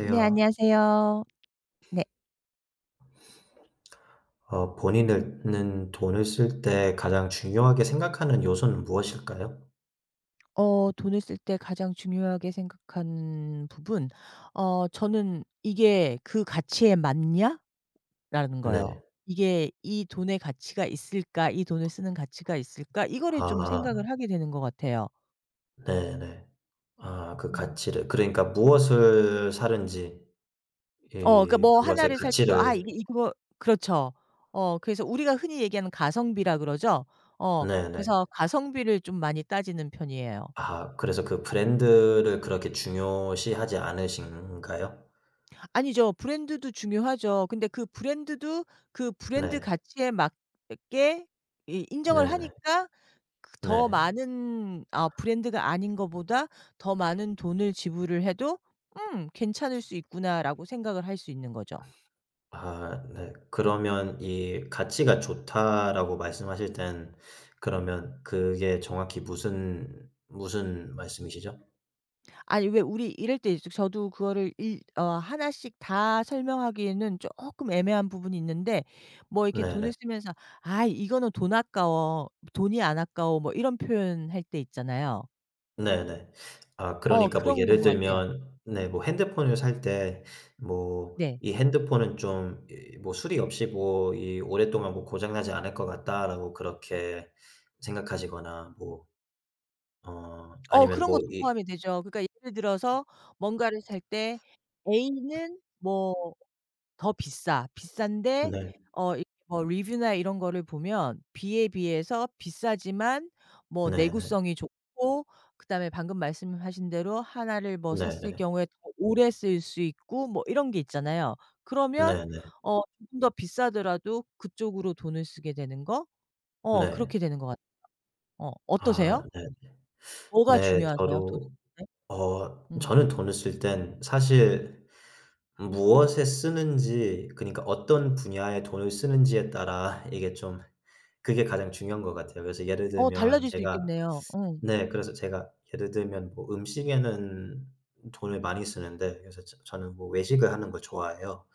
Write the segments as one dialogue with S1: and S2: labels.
S1: 네, 안녕하세요. 네.
S2: 본인은 돈을 쓸 때 가장 중요하게 생각하는 요소는 무엇일까요?
S1: 돈을 쓸 때 가장 중요하게 생각하는 부분, 저는 '이게 그 가치에 맞냐?'라는 거예요.
S2: 네.
S1: '이게 이 돈의 가치가 있을까? 이 돈을 쓰는 가치가 있을까?' 이거를 좀
S2: 아
S1: 생각을 하게 되는 것 같아요.
S2: 네네. 아 그
S1: 음.
S2: 가치를 그러니까 무엇을 사는지
S1: 그러니까
S2: 이
S1: 뭐
S2: 그것의
S1: 하나를 살 때도 '아
S2: 가치를.
S1: 이게 이거' 그렇죠. 그래서 우리가 흔히 얘기하는 가성비라 그러죠. 어
S2: 네네.
S1: 그래서 가성비를 좀 많이 따지는 편이에요.
S2: 아 그래서 그 브랜드를 그렇게 중요시하지 않으신가요?
S1: 아니죠. 브랜드도 중요하죠. 근데 그 브랜드도 그 브랜드
S2: 네.
S1: 가치에 맞게 이 인정을
S2: 네네.
S1: 하니까 그
S2: 네.
S1: 더
S2: 네.
S1: 많은 브랜드가 아닌 거보다 더 많은 돈을 지불을 해도 '음 괜찮을 수 있구나.'라고 생각을 할 수 있는 거죠.
S2: 아 네. 그러면 이 "가치가 좋다."라고 말씀하실 땐 그러면 그게 정확히 무슨 말씀이시죠?
S1: 아니 왜 우리 이럴 때 이제 저도 그거를 일 어 하나씩 다 설명하기에는 쪼끔 애매한 부분이 있는데 뭐 이렇게
S2: 네네.
S1: 돈을 쓰면서 "아이 이거는 돈 아까워. 돈이 안 아까워." 뭐 이런 표현할 때 있잖아요.
S2: 네네. 아 그러니까 뭐
S1: 그런 건
S2: 예를
S1: 것 같아요.
S2: 들면 네 뭐 핸드폰을 살 때 뭐
S1: 네.
S2: '이 핸드폰은 좀 이 뭐 수리 없이 뭐 이 오랫동안 뭐 고장 나지 않을 것 같다.'라고 그렇게 생각하시거나 뭐 아니면
S1: 그런
S2: 뭐
S1: 것도
S2: 이.
S1: 포함이 되죠. 그러니까 예를 들어서 뭔가를 살 때 A는 뭐 더 비싸. 비싼데
S2: 네.
S1: 이렇게 뭐 리뷰나 이런 거를 보면 B에 비해서 비싸지만 뭐
S2: 네네.
S1: 내구성이 좋고 그다음에 방금 말씀하신 대로 하나를 뭐 샀을
S2: 네네.
S1: 경우에 더 오래 쓸 수 있고 뭐 이런 게 있잖아요. 그러면
S2: 네네.
S1: 조금 더 비싸더라도 그쪽으로 돈을 쓰게 되는 거?
S2: 네.
S1: 그렇게 되는 것 같아요. 어
S2: 아
S1: 어떠세요?
S2: 네.
S1: 뭐가
S2: 네.
S1: 중요하세요? 도대체?
S2: 저도
S1: 음.
S2: 저는 돈을 쓸 땐 사실 무엇에 쓰는지 그니까 어떤 분야에 돈을 쓰는지에 따라 이게 좀 그게 가장 중요한 것 같아요. 그래서 예를
S1: 어
S2: 들면
S1: 달라질 수
S2: 제가.
S1: 있겠네요. 어.
S2: 네. 그래서 제가 예를 들면 뭐 음식에는 돈을 많이 쓰는데 그래서 저는 뭐 외식을 하는 걸 좋아해요.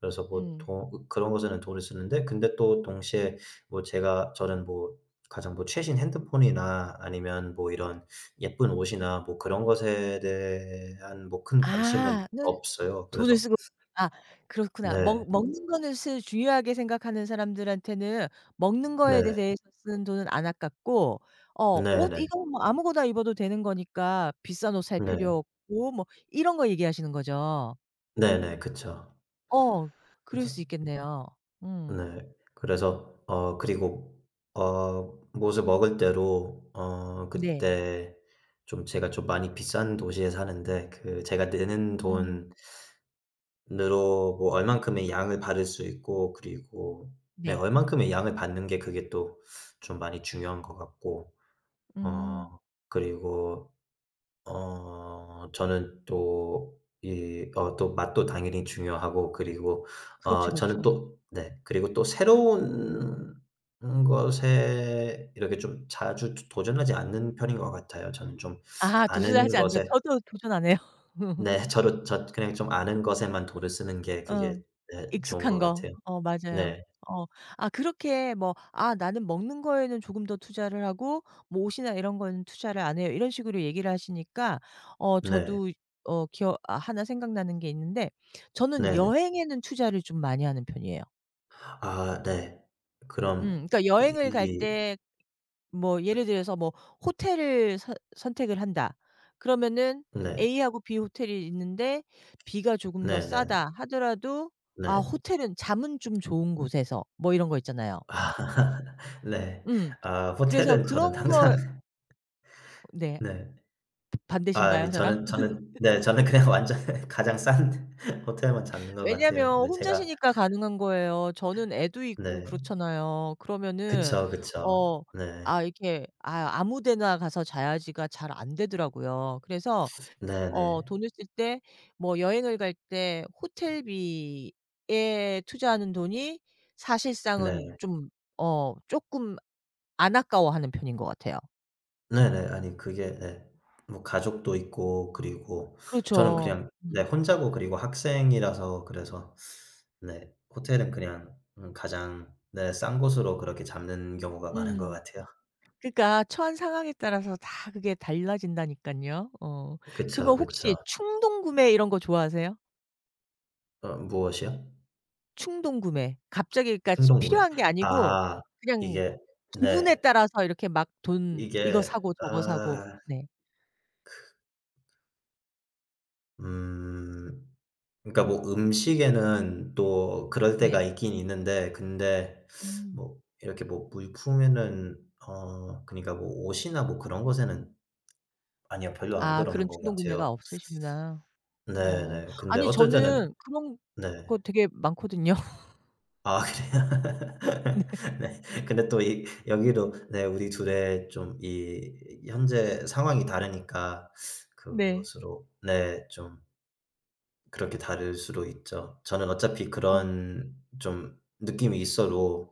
S2: 그래서 뭐
S1: 음.
S2: 돈 그런 것에는 돈을 쓰는데 근데 또 동시에 뭐 제가 저는 뭐 가장 뭐 최신 핸드폰이나 아니면 뭐 이런 예쁜 옷이나 뭐 그런 것에 대한 뭐 큰 관심은
S1: 아. 는
S2: 없어요.
S1: 돈을
S2: 그래서.
S1: 쓰고 아 그렇구나.
S2: 네.
S1: 먹 먹는 거는 스 중요하게 생각하는 사람들한테는 먹는 거에
S2: 네.
S1: 대해서 쓰는 돈은 안 아깝고 옷
S2: 네네.
S1: 이거 뭐 아무거나 입어도 되는 거니까 비싼 옷 살
S2: 네.
S1: 필요 없고 뭐 이런 거 얘기하시는 거죠?
S2: 네네. 그쵸.
S1: 어. 그럴
S2: 그래서.
S1: 수 있겠네요. 음.
S2: 네. 그래서 그리고 무엇을 먹을 때로
S1: 네.
S2: 그때 좀 제가 좀 많이 비싼 도시에 사는데 그 제가 내는
S1: 음.
S2: 돈으로 뭐 얼만큼의 양을 받을 수 있고 그리고 네
S1: 네.
S2: 얼만큼의 양을 받는 게 그게 또 좀 많이 중요한 것 같고
S1: 음.
S2: 어 그리고 저는 또 이 또 맛도 당연히 중요하고 그리고
S1: 그렇죠,
S2: 저는
S1: 그렇죠.
S2: 또 네 그리고 또 새로운 것에 이렇게 좀 자주 도전하지 않는 편인 것 같아요. 저는. 음. 좀
S1: 아
S2: 아는
S1: 도전하지 않는다.
S2: 것에
S1: 저도 도전 안 해요.
S2: 네 저를 저 그냥 좀 아는 것에만 도를 쓰는 게
S1: 어.
S2: 그게 네 좋은
S1: 익숙한
S2: 것
S1: 거.
S2: 같아요.
S1: 어 맞아요.
S2: 네.
S1: 어. 아 그렇게 뭐 '아 나는 먹는 거에는 조금 더 투자를 하고 뭐 옷이나 이런 거는 투자를 안 해요.' 이런 식으로 얘기를 하시니까
S2: 네.
S1: 저도 어 기억 아나 생각나는 게 있는데 저는
S2: 네네.
S1: 여행에는 투자를 좀 많이 하는 편이에요.
S2: 아 네.
S1: 음.
S2: 그럼
S1: 그러니까
S2: 이
S1: 여행을 갈
S2: 이
S1: 때 뭐 예를 들어서 뭐 호텔을 선 선택을 한다. 그러면은
S2: 네.
S1: A하고 B 호텔이 있는데 B가 조금 더
S2: 네네. 네.
S1: 싸다 하더라도 아
S2: 네.
S1: 호텔은 잠은 좀 좋은 곳에서 뭐 이런 거 있잖아요.
S2: 아. 네.
S1: 음.
S2: 아
S1: 그래서
S2: 호텔은 저는
S1: 그런 걸
S2: 항상
S1: 네.
S2: 네. 아 아니
S1: 반대신가요 저랑?
S2: 저는 네 저는 그냥 완전 가장 싼 호텔만 잡는 것 같아요.
S1: 왜냐면
S2: 근데 제가.
S1: 혼자시니까 가능한 거예요. 저는 애도 있고
S2: 네.
S1: 그렇잖아요. 그러면은
S2: 그쵸, 그쵸.
S1: 어
S2: 네.
S1: 아 이렇게 '아 아무 데나 가서 자야지.'가 잘 안 되더라고요. 그래서
S2: 네네.
S1: 돈을 쓸 때 뭐 여행을 갈 때 호텔비에 투자하는 돈이 사실상은
S2: 네.
S1: 좀 쪼끔 안 아까워하는 편인 것 같아요.
S2: 네 네. 아니 그게 네. 뭐 가족도 있고 그리고 저는
S1: 그렇죠.
S2: 그냥 네
S1: 음.
S2: 혼자고 그리고 학생이라서 그래서 네 호텔은 그냥 가장 네 싼 곳으로 그렇게 잡는 경우가 많은 것
S1: 음.
S2: 같아요.
S1: 그러니까 처한 상황에 따라서 다 그게 달라진다니깐요. 어.
S2: 그쵸,
S1: 그러면 혹시
S2: 그쵸.
S1: 충동 구매 이런 거 좋아하세요?
S2: 무엇이요?
S1: 충동 구매. 갑자기 그러니까 지
S2: 충동 구매.
S1: 필요한 게 아니고
S2: 아
S1: 그냥
S2: 이게
S1: 기분에
S2: 네.
S1: 따라서 이렇게 막 돈 이거
S2: 이게
S1: 사고 저거 사고.
S2: 아
S1: 네.
S2: 음 그러니까 뭐 음식에는 또 그럴 때가
S1: 네.
S2: 있긴 있는데 근데
S1: 음.
S2: 뭐 이렇게 뭐 물품에는 그니까 뭐 옷이나 뭐 그런 것에는 아니요 별로 안
S1: 아
S2: 그러는
S1: 그런
S2: 것
S1: 충동
S2: 같아요.
S1: 구매가 없으시구나. 어.
S2: 네네. 근데
S1: 아니
S2: 어쩔 때는.
S1: 저는 그런
S2: 네.
S1: 거 되게 많거든요.
S2: 아 그래요? 네. 근데 또 이 여기도 네 우리 둘의 좀 이 현재 상황이 다르니까
S1: 네.
S2: 그것으로 네 좀 그렇게 다를 수도 있죠. 저는 어차피
S1: 어
S2: 그런 좀 느낌이 있어도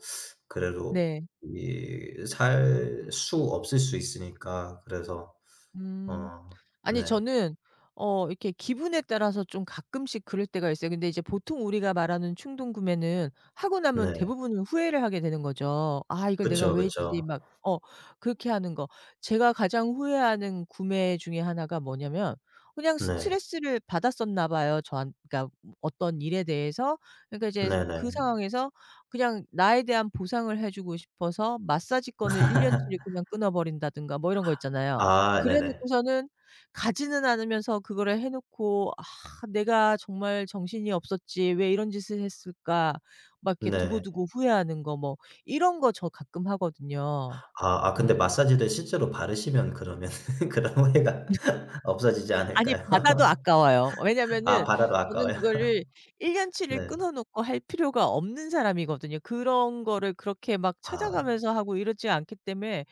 S2: 그래도
S1: 네.
S2: 이 살 수 없을 수 있으니까 그래서.
S1: 음.
S2: 어
S1: 아니
S2: 네.
S1: 저는 이렇게 기분에 따라서 좀 가끔씩 그럴 때가 있어요. 근데 이제 보통 우리가 말하는 충동 구매는 하고
S2: 네.
S1: 나면 대부분은 후회를 하게 되는 거죠. '아 이걸 내가
S2: 그쵸,
S1: 왜
S2: 그쵸.
S1: 했지.' 막 어 그렇게 하는 거. 제가 가장 후회하는 구매 중에 하나가 뭐냐면 그냥
S2: 네.
S1: 스트레스를 받았었나 봐요. 저한 그러니까 어떤 일에 대해서. 그러니까 이제 그
S2: 네네.
S1: 상황에서 그냥 나에 대한 보상을 해 주고 싶어서 마사지건을 1 년치를 그냥 끊어 버린다든가 뭐 이런 거 있잖아요.
S2: 아
S1: 그래
S2: 네네.
S1: 놓고서는 가지는 않으면서 그거를 해 놓고 '아 내가 정말 정신이 없었지. 왜 이런 짓을 했을까.' 막 이렇게
S2: 네.
S1: 두고두고 후회하는 거 뭐 이런 거 저 가끔 하거든요.
S2: 아 근데
S1: 음.
S2: 마사지를 실제로 바르시면 그러면 그런 오해가 없어지지
S1: 아니
S2: 않을까요?
S1: 받아도 아까워요.
S2: 아
S1: 왜냐면은
S2: 바라도
S1: 저는
S2: 아까워요?
S1: 그거를 1 년치를
S2: 네.
S1: 끊어 놓고 할 필요가 없는 사람이거든요. 그런 거를 그렇게 막
S2: 아
S1: 찾아가면서 하고 이러지 않기 때문에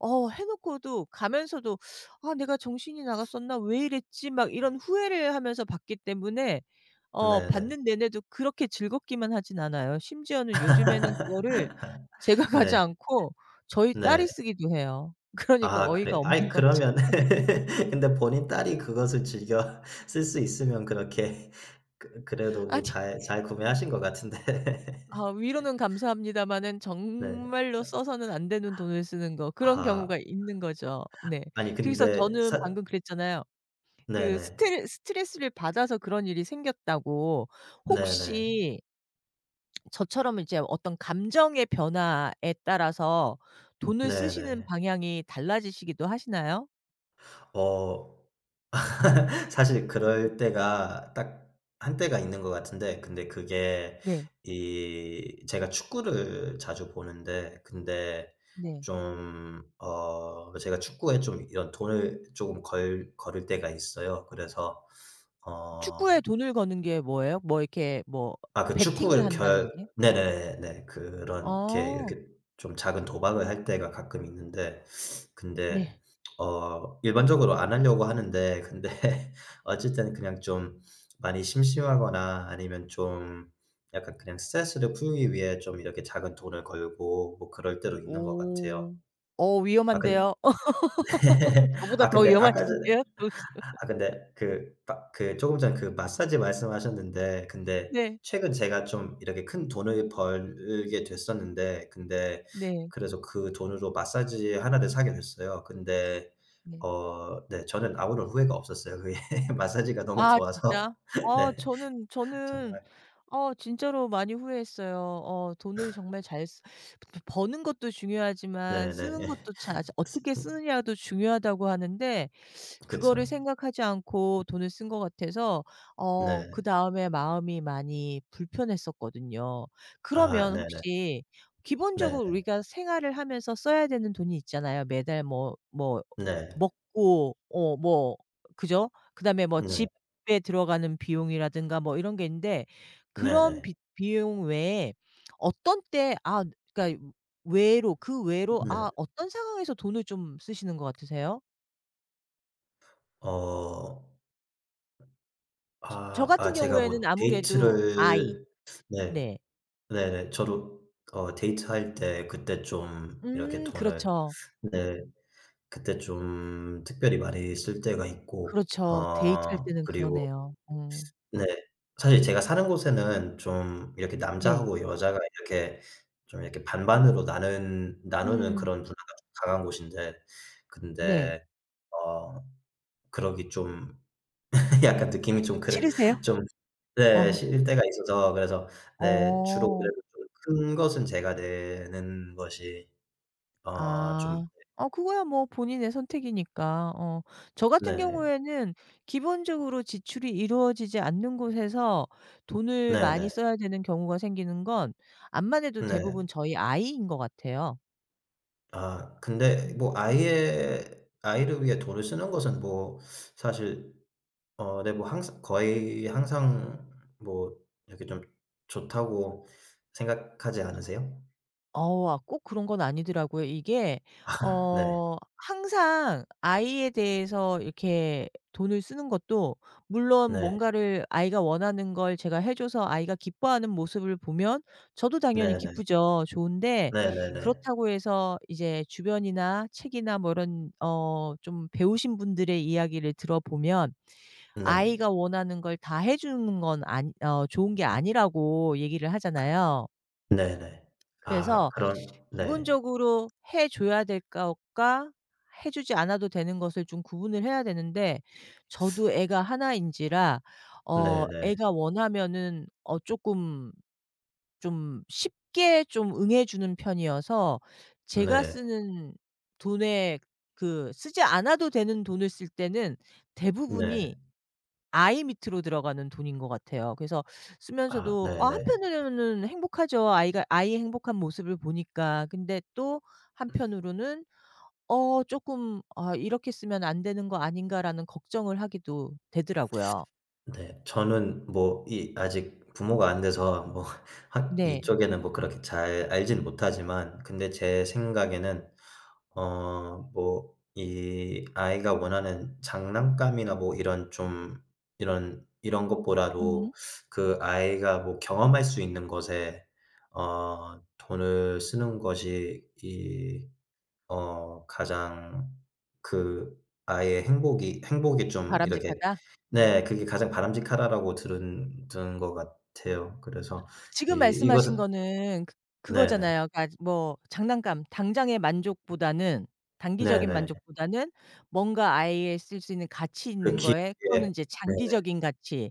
S1: 해 놓고도 가면서도 '아 내가 정신이 나갔었나? 왜 이랬지?' 막 이런 후회를 하면서 받기 때문에
S2: 네네. 네.
S1: 받는 내내도 그렇게 즐겁기만 하진 않아요. 심지어는 요즘에는 그거를 제가 가지
S2: 네.
S1: 않고 저희
S2: 네.
S1: 딸이 쓰기도 해요. 그러니까
S2: 아
S1: 어이가
S2: 그래 아이
S1: 없는 거죠.
S2: 그러면 근데 본인 딸이 그것을 즐겨 쓸 수 있으면 그렇게 그래도 뭐
S1: 아니
S2: 잘 구매하신 것 같은데.
S1: 아 위로는 감사합니다마는
S2: 네.
S1: 정말로 써서는 안 되는 돈을 쓰는 거 그런
S2: 아
S1: 경우가 있는 거죠. 네.
S2: 아니
S1: 그래서
S2: 근데
S1: 저는
S2: 사
S1: 방금 그랬잖아요. 그
S2: 네네.
S1: 스트레스를 받아서 그런 일이 생겼다고
S2: 네네.
S1: 혹시 저처럼 이제 어떤 감정의 변화에 따라서 돈을 쓰시는
S2: 네네.
S1: 방향이 달라지시기도 하시나요?
S2: 어. 사실
S1: 음
S2: 그럴 때가 딱 한때가 있는 것 같은데 근데 그게
S1: 네.
S2: 이 제가 축구를 자주 보는데 근데
S1: 네.
S2: 좀 제가 축구에 좀 이런 돈을 조금 걸 걸을 때가 있어요. 그래서. 어
S1: 축구에 돈을 거는 게 뭐예요? 뭐 이렇게 뭐
S2: 아 그 축구
S1: 베팅을 한다는
S2: 결
S1: 얘기예요?
S2: 네네네. 그렇게
S1: 어.
S2: 이렇게 좀 작은 도박을 할 때가 가끔 있는데 근데
S1: 네.
S2: 일반적으로 안 하려고 하는데 근데 어쨌든 그냥 좀 많이 심심하거나 아니면 좀 약간 그냥 스트레스를 풀기 위해 좀 이렇게 작은 돈을 걸고 뭐 그럴 때도 있는 것 같아요.
S1: 오. 어
S2: 아 근
S1: 위험한데요. 어 저보다
S2: 아
S1: 더
S2: 근데 아까 전에
S1: 위험하신데요. 도수.
S2: 아 근데 그 막 그 조금 전에 그 마사지 말씀하셨는데 근데
S1: 네.
S2: 최근 제가 좀 이렇게 큰 돈을 벌게 됐었는데 근데
S1: 네.
S2: 그래서 그 돈으로 마사지 하나를 사게 됐어요. 근데
S1: 네.
S2: 네 저는 아무런 후회가 없었어요. 그게 마사지가 너무
S1: 아
S2: 좋아서
S1: 진짜? 아
S2: 네
S1: 저는
S2: 정말.
S1: 진짜로 많이 후회했어요. 돈을 정말 잘 쓰 버는 것도 중요하지만 쓰는
S2: 네네.
S1: 것도 잘
S2: 스
S1: 어떻게 쓰느냐도 중요하다고 하는데
S2: 그쵸.
S1: 그거를 생각하지 않고 돈을 쓴 것 같아서
S2: 네.
S1: 그다음에 마음이 많이 불편했었거든요.
S2: 아
S1: 그러면
S2: 네네.
S1: 혹시
S2: 네네.
S1: 기본적으로 우리가 생활을 하면서 써야 되는 돈이 있잖아요. 매달 뭐
S2: 네.
S1: 먹고 어 뭐 그죠? 그다음에 뭐
S2: 네.
S1: 집에 들어가는 비용이라든가 뭐 이런 게 있는데 그런
S2: 네네.
S1: 비 비용 외에 어떤 때 아 그러니까 외로
S2: 네.
S1: 아 어떤 상황에서 돈을 좀 쓰시는 것 같으세요?
S2: 어
S1: 저
S2: 아. 아
S1: 같은
S2: 제가
S1: 경우에는
S2: 뭐
S1: 아무래도 아이.
S2: 데이트를. 네.
S1: 네.
S2: 네네. 저도 데이트할 때 그때 좀 이렇게 돈을.
S1: 그렇죠.
S2: 네. 그때 좀 특별히 많이 쓸 때가 있고
S1: 그렇죠. 데이트할 때는
S2: 그리고.
S1: 그러네요. 음.
S2: 네. 사실 제가 사는 곳에는 좀 이렇게
S1: 네.
S2: 남자하고 여자가 이렇게 좀 이렇게 반반으로 나눈 나누는
S1: 음.
S2: 그런 문화가 좀 강한 곳인데
S1: 네.
S2: 근데 어 그러기 좀 약간 느낌이 좀 그래
S1: 싫으세요?
S2: 좀 네 싫을 때가 있어서 그래서
S1: 어.
S2: 네 주로
S1: 어.
S2: 그래도 좀 큰 것은 제가 내는 것이 어좀.
S1: 아. 그거야 뭐 본인의 선택이니까. 어. 저 같은
S2: 네.
S1: 경우에는 기본적으로 지출이 이루어지지 않는 곳에서 돈을 많이
S2: 네네.
S1: 써야 되는 경우가 생기는 건 암만 해도
S2: 네. 네.
S1: 대부분 저희 아이인 것 같아요.
S2: 아 근데
S1: 음.
S2: 뭐 아이의 아이를 위해 돈을 쓰는 것은 뭐 사실 네 뭐 항상 거의 항상 뭐 이렇게 좀 좋다고 생각하지 않으세요?
S1: 어 아 꼭 그런 건 아니더라고요. 이게
S2: 네.
S1: 항상 아이에 대해서 이렇게 돈을 쓰는 것도 물론
S2: 네.
S1: 뭔가를 아이가 원하는 걸 제가 해 줘서 아이가 기뻐하는 모습을 보면 저도 당연히
S2: 네네.
S1: 기쁘죠. 좋은데
S2: 네네네.
S1: 그렇다고 해서 이제 주변이나 책이나 뭐 이런 어 좀 배우신 분들의 이야기를 들어보면
S2: 네.
S1: 아이가 원하는 걸 다 해 주는 건 아니 어 좋은 게 아니라고 얘기를 하잖아요.
S2: 네네. 아
S1: 그래서
S2: 그런 네.
S1: 기본적으로 해 줘야 될 것과 해 주지 않아도 되는 것을 좀 구분을 해야 되는데 저도 애가 하나 인지라
S2: 네네.
S1: 애가 원하면은 쪼끔 좀 쉽게 좀 응해 주는 편이어서 제가
S2: 네.
S1: 쓰는 돈에 그 쓰지 않아도 되는 돈을 쓸 때는 대부분이
S2: 네.
S1: 아이 밑으로 들어가는 돈인 것 같아요. 그래서
S2: 아
S1: 쓰면서도 아
S2: 네네.
S1: 한편으로는 행복하죠. 아이가 아이의 행복한 모습을 보니까. 근데 또 한편으로는 어금 '아 이렇게 쓰면 안 되는 거 아닌가.'라는 걱정을 하기도 되더라고요.
S2: 네. 저는 뭐 이 아직 부모가 안 돼서 뭐 학
S1: 네.
S2: 이쪽에는 뭐 그렇게 잘 알진 못하지만 근데 제 생각에는 뭐 이 아이가 원하는 장난감이나 뭐 이런 좀 이런 것보다도
S1: 음.
S2: 그 아이가 뭐 경험할 수 있는 것에 돈을 쓰는 것이 이 가장 그 아이의 행복이 좀 이렇게
S1: 바람직하다? 어.
S2: 네 그게 가장 바람직하다라고 들은 것 같아요. 그래서 이
S1: 지금 말씀하신
S2: 이것은.
S1: 거는
S2: 네네.
S1: 그거잖아요. 그러니까 뭐 장난감 당장의 만족보다는 단기적인
S2: 네네.
S1: 만족보다는 뭔가 아이에 쓸 수 있는 가치
S2: 그
S1: 있는 거에
S2: 기회에.
S1: 그거는 이제
S2: 네네.
S1: 장기적인 가치.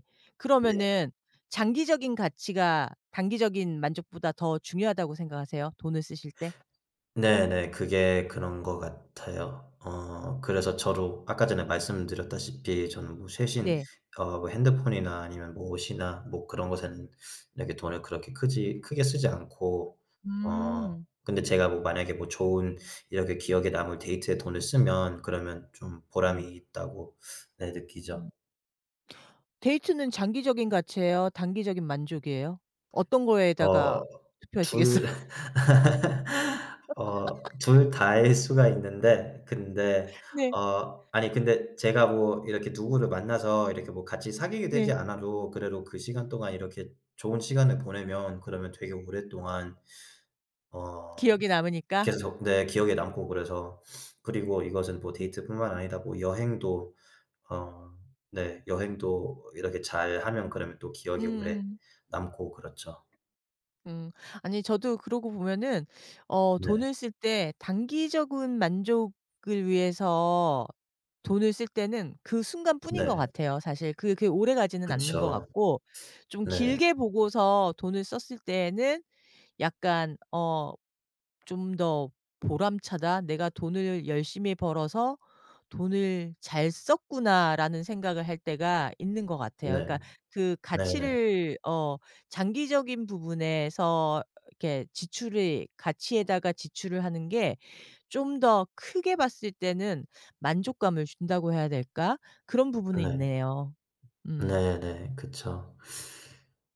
S2: 네.
S1: 그러면은 장기적인 가치가 단기적인 만족보다 더 중요하다고 생각하세요? 돈을 쓰실 때?
S2: 네네. 그게 그런 것 같아요. 그래서 저도 아까 전에 말씀드렸다시피 저는 뭐 최신
S1: 네.
S2: 뭐 핸드폰이나 아니면 뭐 옷이나 뭐 그런 것에는 이렇게 돈을 그렇게 크지 크게 쓰지 않고
S1: 음.
S2: 근데 제가 뭐 만약에 뭐 좋은 이렇게 기억에 남을 데이트에 돈을 쓰면 그러면 좀
S1: 음
S2: 보람이 있다고 네 느끼죠.
S1: 음. 데이트는 장기적인 가치예요? 단기적인 만족이에요? 어떤
S2: 어
S1: 거에다가
S2: 둘
S1: 투표하시겠어요?
S2: 둘 다일 수가 있는데 근데
S1: 네.
S2: 아니 근데 제가 뭐 이렇게 누구를 만나서 이렇게 뭐 같이 사귀게 되지
S1: 네.
S2: 않아도 그래도 그 시간 동안 이렇게 좋은 시간을 보내면 그러면 되게 오랫동안 어
S1: 기억이 남으니까?
S2: 계속 네
S1: 음.
S2: 기억에 남고 그래서 그리고 이것은 뭐 데이트뿐만 아니라 뭐 여행도 어 네 여행도 이렇게 잘하면 그러면 또 기억에
S1: 음음.
S2: 오래
S1: 음.
S2: 남고 그렇죠.
S1: 음. 아니 저도 그러고 보면은
S2: 네.
S1: 돈을 쓸 때 단기적인 만족을 위해서 돈을 쓸 때는 그 순간뿐인 것
S2: 네.
S1: 같아요 사실. 그게 오래가지는 않는 것
S2: 그쵸.
S1: 같고 좀
S2: 네.
S1: 길게 보고서 돈을 썼을 때에는 약간 좀 더 '보람차다. 내가 돈을 열심히 벌어서 돈을 잘 썼구나.'라는 생각을 할 때가 있는 것 같아요.
S2: 네.
S1: 그러니까 그
S2: 네네.
S1: 가치를 장기적인 부분에서 이렇게 지출이 가치에다가 지출을 하는 게 좀 더 크게 봤을 때는 만족감을 준다고 해야 될까? 그런 부분은
S2: 네.
S1: 있네요. 음
S2: 네네. 그쵸.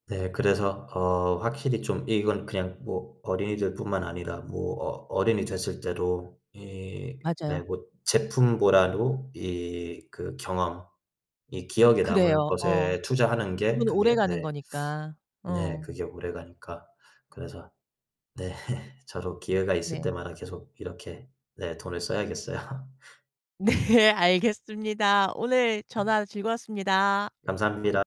S2: 네. 그래서 확실히 좀 이건 그냥 뭐 어린이들뿐만 아니라 뭐 어른이 됐을 때도 이 네
S1: 맞아요.
S2: 뭐 제품보다도 이 그 경험 이 기억에 남을
S1: 그래요. 어.
S2: 것에 투자하는 게
S1: 그건
S2: 그게
S1: 오래가는
S2: 네
S1: 거니까.
S2: 네
S1: 어.
S2: 그게 오래가니까 그래서 네 저도 기회가 있을
S1: 네.
S2: 때마다 계속 이렇게 네 돈을 써야겠어요.
S1: 네 알겠습니다. 오늘 전화 즐거웠습니다.
S2: 감사합니다.